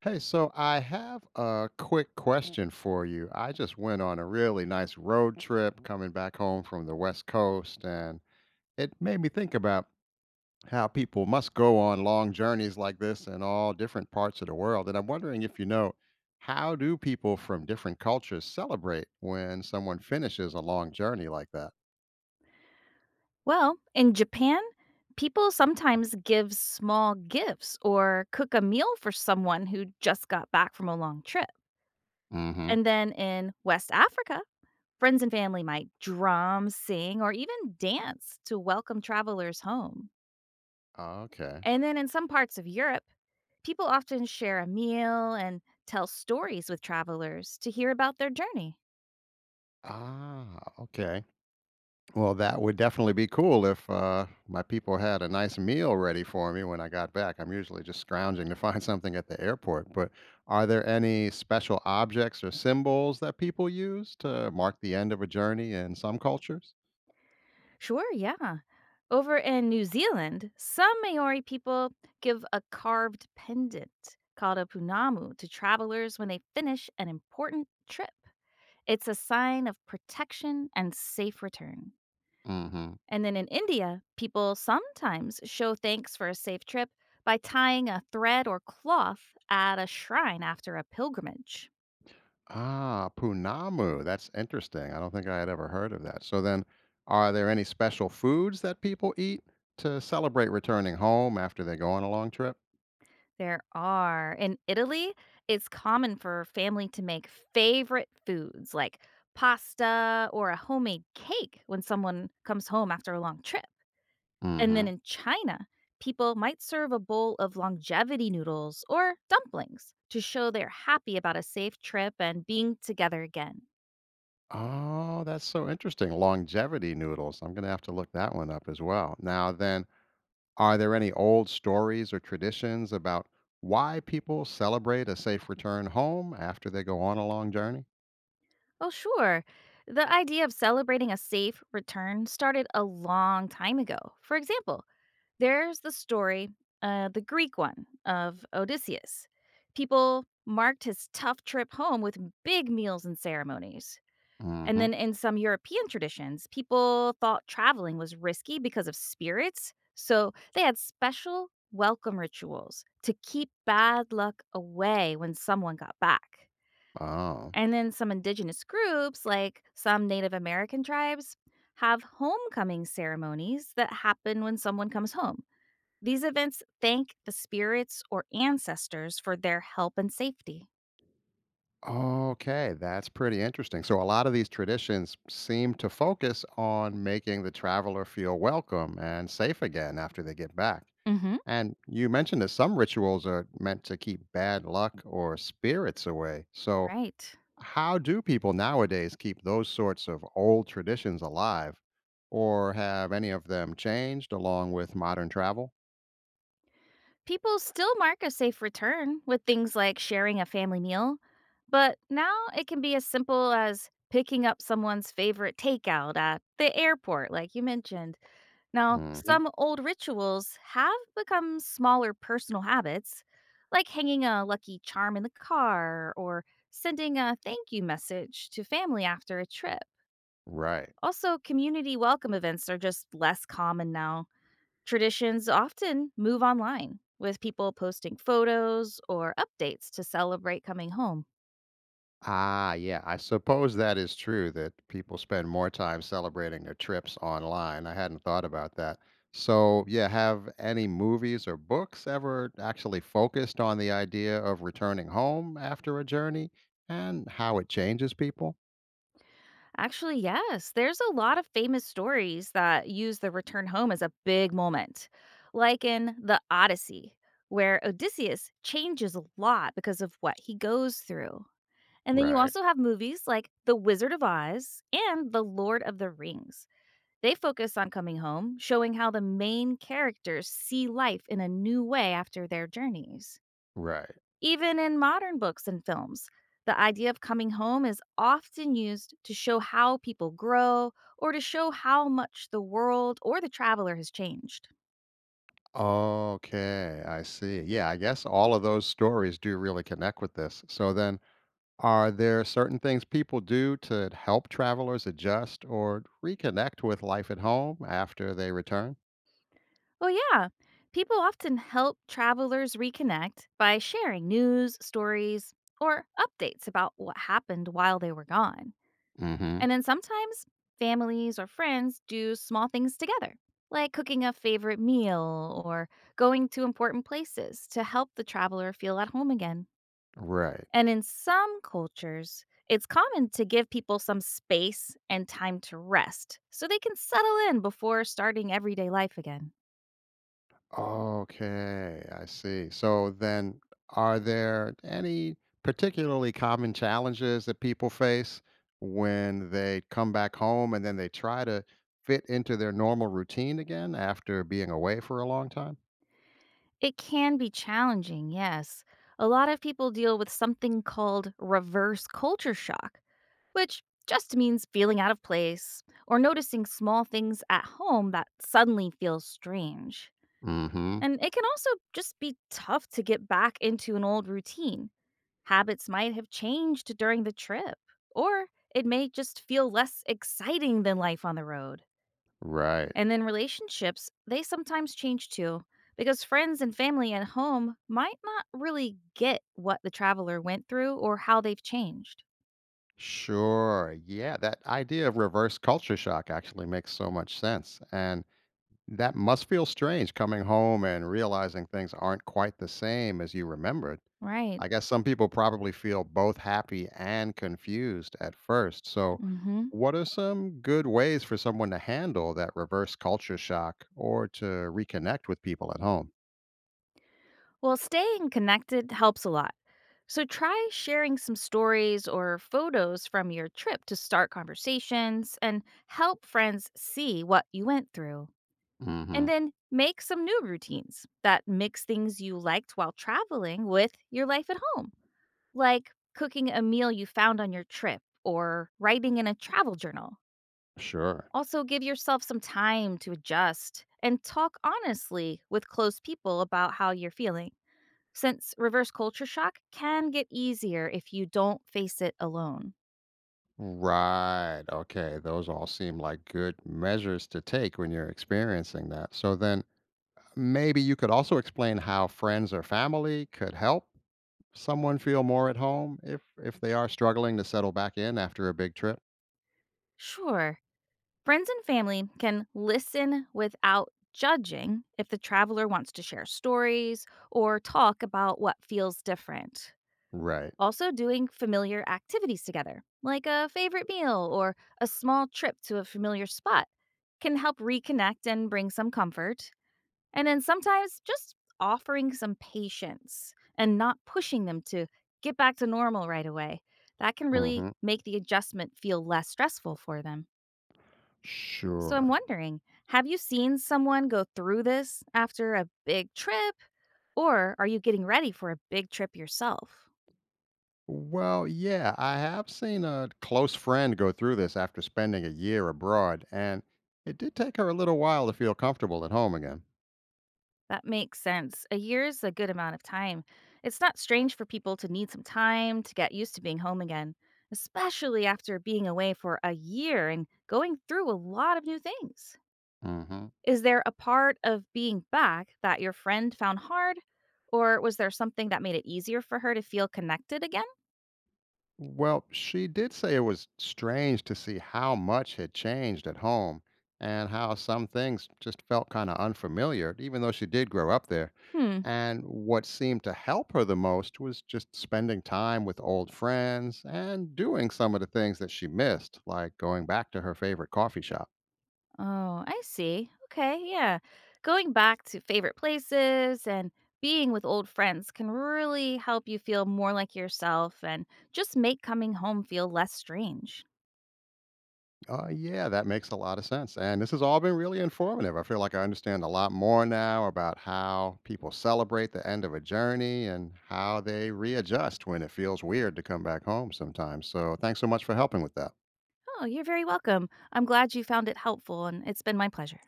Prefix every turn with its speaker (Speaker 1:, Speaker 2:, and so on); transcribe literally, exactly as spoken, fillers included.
Speaker 1: Hey, so I have a quick question for you. I just went on a really nice road trip coming back home from the West Coast, and it made me think about how people must go on long journeys like this in all different parts of the world. And I'm wondering if you know, how do people from different cultures celebrate when someone finishes a long journey like that?
Speaker 2: Well, in Japan, people sometimes give small gifts or cook a meal for someone who just got back from a long trip.
Speaker 1: Mm-hmm.
Speaker 2: And then in West Africa, friends and family might drum, sing, or even dance to welcome travelers home.
Speaker 1: Okay.
Speaker 2: And then in some parts of Europe, people often share a meal and tell stories with travelers to hear about their journey.
Speaker 1: Ah, okay. Well, that would definitely be cool if uh, my people had a nice meal ready for me when I got back. I'm usually just scrounging to find something at the airport. But are there any special objects or symbols that people use to mark the end of a journey in some cultures?
Speaker 2: Sure, yeah. Over in New Zealand, some Maori people give a carved pendant called a punamu to travelers when they finish an important trip. It's a sign of protection and safe return.
Speaker 1: Hmm.
Speaker 2: And then in India, people sometimes show thanks for a safe trip by tying a thread or cloth at a shrine after a pilgrimage.
Speaker 1: Ah, Punamu. That's interesting. I don't think I had ever heard of that. So then, are there any special foods that people eat to celebrate returning home after they go on a long trip?
Speaker 2: There are. In Italy, it's common for family to make favorite foods like pasta or a homemade cake when someone comes home after a long trip. And then in China, people might serve a bowl of longevity noodles or dumplings to show they're happy about a safe trip and being together again.
Speaker 1: Oh, that's so interesting. Longevity noodles. I'm going to have to look that one up as well. Now, then, are there any old stories or traditions about why people celebrate a safe return home after they go on a long journey?
Speaker 2: Oh, sure. The idea of celebrating a safe return started a long time ago. For example, there's the story, uh, the Greek one, of Odysseus. People marked his tough trip home with big meals and ceremonies. And
Speaker 1: Hmm.
Speaker 2: then in some European traditions, people thought traveling was risky because of spirits. So they had special welcome rituals to keep bad luck away when someone got back.
Speaker 1: Oh,
Speaker 2: And then some indigenous groups, like some Native American tribes, have homecoming ceremonies that happen when someone comes home. These events thank the spirits or ancestors for their help and safety.
Speaker 1: okay. That's pretty interesting. So, a lot of these traditions seem to focus on making the traveler feel welcome and safe again after they get back.
Speaker 2: hmm
Speaker 1: And you mentioned that some rituals are meant to keep bad luck or spirits away. So,
Speaker 2: Right.
Speaker 1: how do people nowadays keep those sorts of old traditions alive, or have any of them changed along with modern travel?
Speaker 2: People still mark a safe return with things like sharing a family meal, but now it can be as simple as picking up someone's favorite takeout at the airport, like you mentioned. Now,
Speaker 1: Hmm.
Speaker 2: some old rituals have become smaller personal habits, like hanging a lucky charm in the car or sending a thank you message to family after a trip.
Speaker 1: Right.
Speaker 2: Also, community welcome events are just less common now. Traditions often move online, with people posting photos or updates to celebrate coming home.
Speaker 1: Ah, yeah. I suppose that is true that people spend more time celebrating their trips online. I hadn't thought about that. So, yeah, have any movies or books ever actually focused on the idea of returning home after a journey and how it changes people?
Speaker 2: Actually, yes, there's a lot of famous stories that use the return home as a big moment, like in the Odyssey, where Odysseus changes a lot because of what he goes through. And then you
Speaker 1: Right.
Speaker 2: also have movies like The Wizard of Oz and The Lord of the Rings. They focus on coming home, showing how the main characters see life in a new way after their journeys.
Speaker 1: Right.
Speaker 2: Even in modern books and films, the idea of coming home is often used to show how people grow or to show how much the world or the traveler has changed.
Speaker 1: Okay, I see. Yeah, I guess all of those stories do really connect with this. So then, are there certain things people do to help travelers adjust or reconnect with life at home after they return?
Speaker 2: Oh, yeah. People often help travelers reconnect by sharing news, stories, or updates about what happened while they were gone.
Speaker 1: Hmm.
Speaker 2: And then sometimes families or friends do small things together, like cooking a favorite meal or going to important places to help the traveler feel at home again.
Speaker 1: Right.
Speaker 2: And in some cultures, it's common to give people some space and time to rest so they can settle in before starting everyday life again.
Speaker 1: Okay, I see. So then, are there any particularly common challenges that people face when they come back home and then they try to fit into their normal routine again after being away for a long time?
Speaker 2: It can be challenging, yes. A lot of people deal with something called reverse culture shock, which just means feeling out of place or noticing small things at home that suddenly feel strange.
Speaker 1: Mm-hmm.
Speaker 2: And it can also just be tough to get back into an old routine. Habits might have changed during the trip, or it may just feel less exciting than life on the road.
Speaker 1: Right.
Speaker 2: And then relationships, they sometimes change too, because friends and family at home might not really get what the traveler went through or how they've changed.
Speaker 1: Sure. Yeah. That idea of reverse culture shock actually makes so much sense. And that must feel strange coming home and realizing things aren't quite the same as you remembered.
Speaker 2: Right.
Speaker 1: I guess some people probably feel both happy and confused at first. So,
Speaker 2: Mm hmm.
Speaker 1: what are some good ways for someone to handle that reverse culture shock or to reconnect with people at home?
Speaker 2: Well, staying connected helps a lot. So try sharing some stories or photos from your trip to start conversations and help friends see what you went through. And
Speaker 1: Mm-hmm.
Speaker 2: then make some new routines that mix things you liked while traveling with your life at home, like cooking a meal you found on your trip or writing in a travel journal.
Speaker 1: Sure.
Speaker 2: Also, give yourself some time to adjust and talk honestly with close people about how you're feeling, since reverse culture shock can get easier if you don't face it alone.
Speaker 1: Right. Okay. Those all seem like good measures to take when you're experiencing that. So then maybe you could also explain how friends or family could help someone feel more at home if if they are struggling to settle back in after a big trip.
Speaker 2: Sure, friends and family can listen without judging if the traveler wants to share stories or talk about what feels different.
Speaker 1: Right.
Speaker 2: Also, doing familiar activities together, like a favorite meal or a small trip to a familiar spot, can help reconnect and bring some comfort. And then sometimes just offering some patience and not pushing them to get back to normal right away. That can really
Speaker 1: Mhm.
Speaker 2: make the adjustment feel less stressful for them. So I'm
Speaker 1: Sure.
Speaker 2: wondering, have you seen someone go through this after a big trip, or are you getting ready for a big trip yourself?
Speaker 1: Well, yeah, I have seen a close friend go through this after spending a year abroad and it did take her a little while to feel comfortable at home again.
Speaker 2: That makes sense. A year is a good amount of time. It's not strange for people to need some time to get used to being home again, especially after being away for a year and going through a lot of new things.
Speaker 1: Mhm.
Speaker 2: Is there a part of being back that your friend found hard, or was there something that made it easier for her to feel connected again?
Speaker 1: Well, she did say it was strange to see how much had changed at home and how some things just felt kind of unfamiliar, even though she did grow up there.
Speaker 2: Hmm.
Speaker 1: And what seemed to help her the most was just spending time with old friends and doing some of the things that she missed, like going back to her favorite coffee shop.
Speaker 2: Oh, I see. Okay, yeah. Going back to favorite places and being with old friends can really help you feel more like yourself and just make coming home feel less strange.
Speaker 1: Uh, yeah, that makes a lot of sense. And this has all been really informative. I feel like I understand a lot more now about how people celebrate the end of a journey and how they readjust when it feels weird to come back home sometimes. So thanks so much for helping with that.
Speaker 2: Oh, you're very welcome. I'm glad you found it helpful, and it's been my pleasure.